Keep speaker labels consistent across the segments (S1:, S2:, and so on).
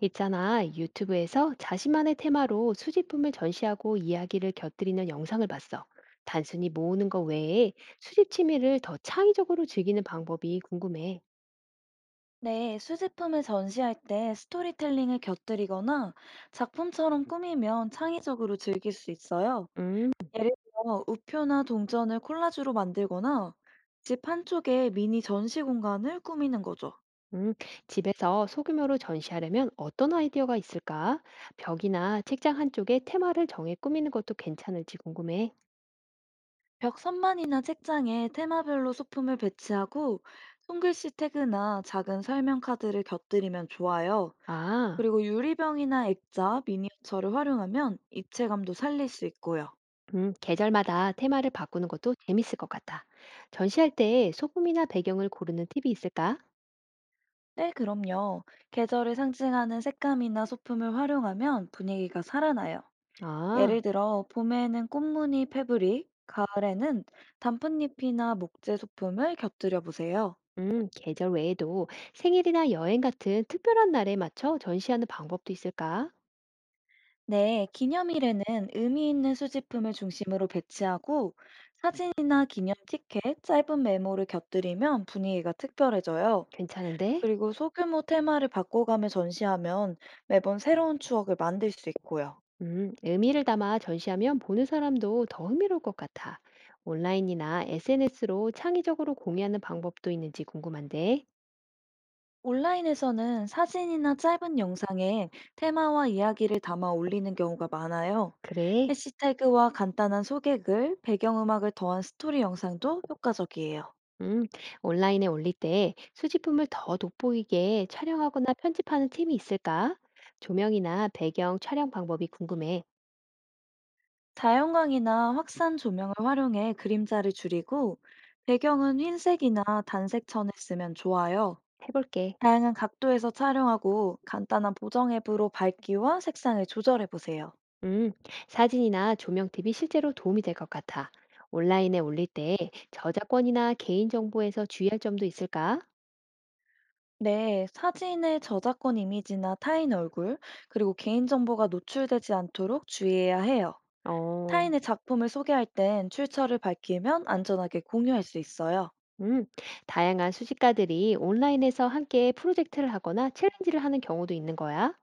S1: 있잖아, 유튜브에서 자신만의 테마로 수집품을 전시하고 이야기를 곁들이는 영상을 봤어. 단순히 모으는 것 외에 수집 취미를 더 창의적으로 즐기는 방법이 궁금해.
S2: 네, 수제품을 전시할 때 스토리텔링을 곁들이거나 작품처럼 꾸미면 창의적으로 즐길 수 있어요.
S1: 음,
S2: 예를 들어, 우표나 동전을 콜라주로 만들거나 집 한쪽에 미니 전시 공간을 꾸미는 거죠.
S1: 음. 집에서 소규모로 전시하려면 어떤 아이디어가 있을까? 벽이나 책장 한쪽에 테마를 정해 꾸미는 것도 괜찮을지 궁금해.
S2: 벽 선반이나 책장에 테마별로 소품을 배치하고 손글씨 태그나 작은 설명 카드를 곁들이면 좋아요.
S1: 아,
S2: 그리고 유리병이나 액자, 미니어처를 활용하면 입체감도 살릴 수 있고요.
S1: 계절마다 테마를 바꾸는 것도 재밌을 것 같아. 전시할 때 소품이나 배경을 고르는 팁이 있을까?
S2: 네, 그럼요. 계절을 상징하는 색감이나 소품을 활용하면 분위기가 살아나요.
S1: 아.
S2: 예를 들어, 봄에는 꽃무늬 패브릭, 가을에는 단풍잎이나 목재 소품을 곁들여 보세요.
S1: 계절 외에도 생일이나 여행 같은 특별한 날에 맞춰 전시하는 방법도 있을까?
S2: 네, 기념일에는 의미 있는 수집품을 중심으로 배치하고 사진이나 기념 티켓, 짧은 메모를 곁들이면 분위기가 특별해져요.
S1: 괜찮은데?
S2: 그리고 소규모 테마를 바꿔가며 전시하면 매번 새로운 추억을 만들 수 있고요.
S1: 의미를 담아 전시하면 보는 사람도 더 흥미로울 것 같아. 온라인이나 SNS로 창의적으로 공유하는 방법도 있는지 궁금한데.
S2: 온라인에서는 사진이나 짧은 영상에 테마와 이야기를 담아 올리는 경우가 많아요.
S1: 그래.
S2: 해시태그와 간단한 소개글, 배경음악을 더한 스토리 영상도 효과적이에요.
S1: 음, 온라인에 올릴 때 수집품을 더 돋보이게 촬영하거나 편집하는 팀이 있을까? 조명이나 배경 촬영 방법이 궁금해.
S2: 자연광이나 확산 조명을 활용해 그림자를 줄이고 배경은 흰색이나 단색 천을 쓰면 좋아요.
S1: 해볼게.
S2: 다양한 각도에서 촬영하고 간단한 보정 앱으로 밝기와 색상을 조절해 보세요.
S1: 음, 사진이나 조명 팁이 실제로 도움이 될 것 같아. 온라인에 올릴 때 저작권이나 개인정보에서 주의할 점도 있을까?
S2: 네, 사진의 저작권 이미지나 타인 얼굴, 그리고 개인정보가 노출되지 않도록 주의해야 해요.
S1: 어,
S2: 타인의 작품을 소개할 땐 출처를 밝히면 안전하게 공유할 수 있어요.
S1: 음, 다양한 수집가들이 온라인에서 함께 프로젝트를 하거나 챌린지를 하는 경우도 있는 거야.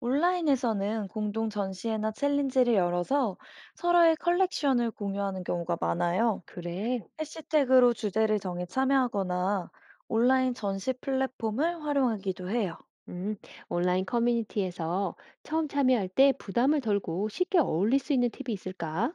S2: 온라인에서는 공동 전시회나 챌린지를 열어서 서로의 컬렉션을 공유하는 경우가 많아요.
S1: 그래.
S2: 해시태그로 주제를 정해 참여하거나 온라인 전시 플랫폼을 활용하기도 해요.
S1: 음, 온라인 커뮤니티에서 처음 참여할 때 부담을 덜고 쉽게 어울릴 수 있는 팁이 있을까?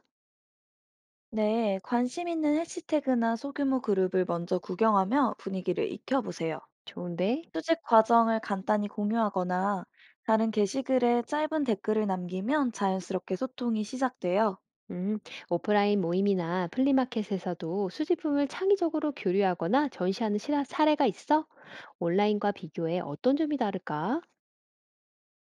S2: 네, 관심 있는 해시태그나 소규모 그룹을 먼저 구경하며 분위기를 익혀보세요.
S1: 좋은데?
S2: 수집 과정을 간단히 공유하거나 다른 게시글에 짧은 댓글을 남기면 자연스럽게 소통이 시작돼요.
S1: 음, 오프라인 모임이나 플리마켓에서도 수집품을 창의적으로 교류하거나 전시하는 사례가 있어? 온라인과 비교해 어떤 점이 다를까?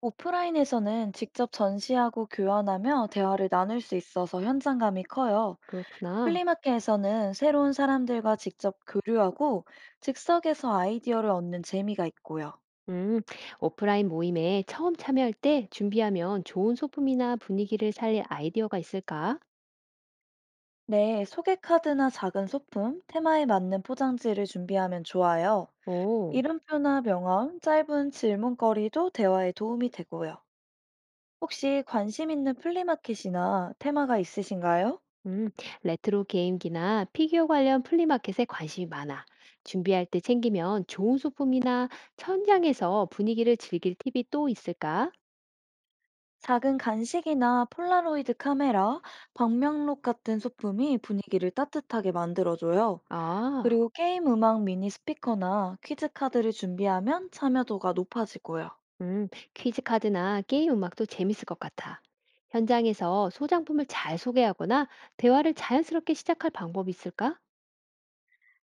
S2: 오프라인에서는 직접 전시하고 교환하며 대화를 나눌 수 있어서 현장감이 커요.
S1: 그렇구나.
S2: 플리마켓에서는 새로운 사람들과 직접 교류하고 즉석에서 아이디어를 얻는 재미가 있고요.
S1: 음, 오프라인 모임에 처음 참여할 때 준비하면 좋은 소품이나 분위기를 살릴 아이디어가 있을까?
S2: 네, 소개카드나 작은 소품, 테마에 맞는 포장지를 준비하면 좋아요.
S1: 오,
S2: 이름표나 명함, 짧은 질문거리도 대화에 도움이 되고요. 혹시 관심 있는 플리마켓이나 테마가 있으신가요?
S1: 음, 레트로 게임기나 피규어 관련 플리마켓에 관심이 많아. 준비할 때 챙기면 좋은 소품이나 현장에서 분위기를 즐길 팁이 또 있을까?
S2: 작은 간식이나 폴라로이드 카메라, 방명록 같은 소품이 분위기를 따뜻하게 만들어줘요.
S1: 아.
S2: 그리고 게임 음악 미니 스피커나 퀴즈 카드를 준비하면 참여도가 높아지고요.
S1: 퀴즈 카드나 게임 음악도 재밌을 것 같아. 현장에서 소장품을 잘 소개하거나 대화를 자연스럽게 시작할 방법이 있을까?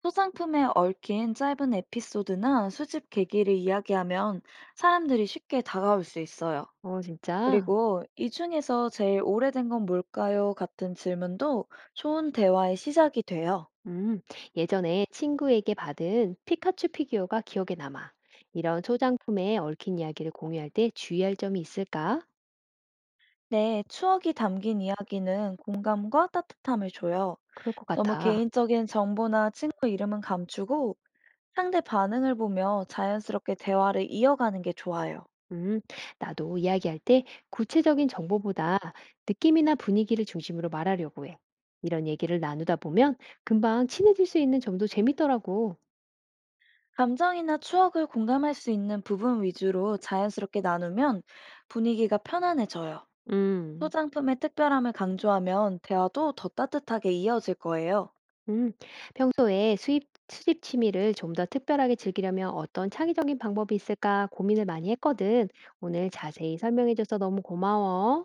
S2: 소장품에 얽힌 짧은 에피소드나 수집 계기를 이야기하면 사람들이 쉽게 다가올 수 있어요.
S1: 어, 진짜.
S2: 그리고 이 중에서 제일 오래된 건 뭘까요? 같은 질문도 좋은 대화의 시작이 돼요.
S1: 음, 예전에 친구에게 받은 피카츄 피규어가 기억에 남아. 이런 소장품에 얽힌 이야기를 공유할 때 주의할 점이 있을까?
S2: 네, 추억이 담긴 이야기는 공감과 따뜻함을 줘요.
S1: 그럴 것
S2: 너무
S1: 같아.
S2: 개인적인 정보나 친구 이름은 감추고 상대 반응을 보며 자연스럽게 대화를 이어가는 게 좋아요.
S1: 음, 나도 이야기할 때 구체적인 정보보다 느낌이나 분위기를 중심으로 말하려고 해. 이런 얘기를 나누다 보면 금방 친해질 수 있는 점도 재밌더라고.
S2: 감정이나 추억을 공감할 수 있는 부분 위주로 자연스럽게 나누면 분위기가 편안해져요.
S1: 음.
S2: 소장품의 특별함을 강조하면 대화도 더 따뜻하게 이어질 거예요.
S1: 음. 평소에 수입 수집 취미를 좀 더 특별하게 즐기려면 어떤 창의적인 방법이 있을까 고민을 많이 했거든. 오늘 자세히 설명해 줘서 너무 고마워.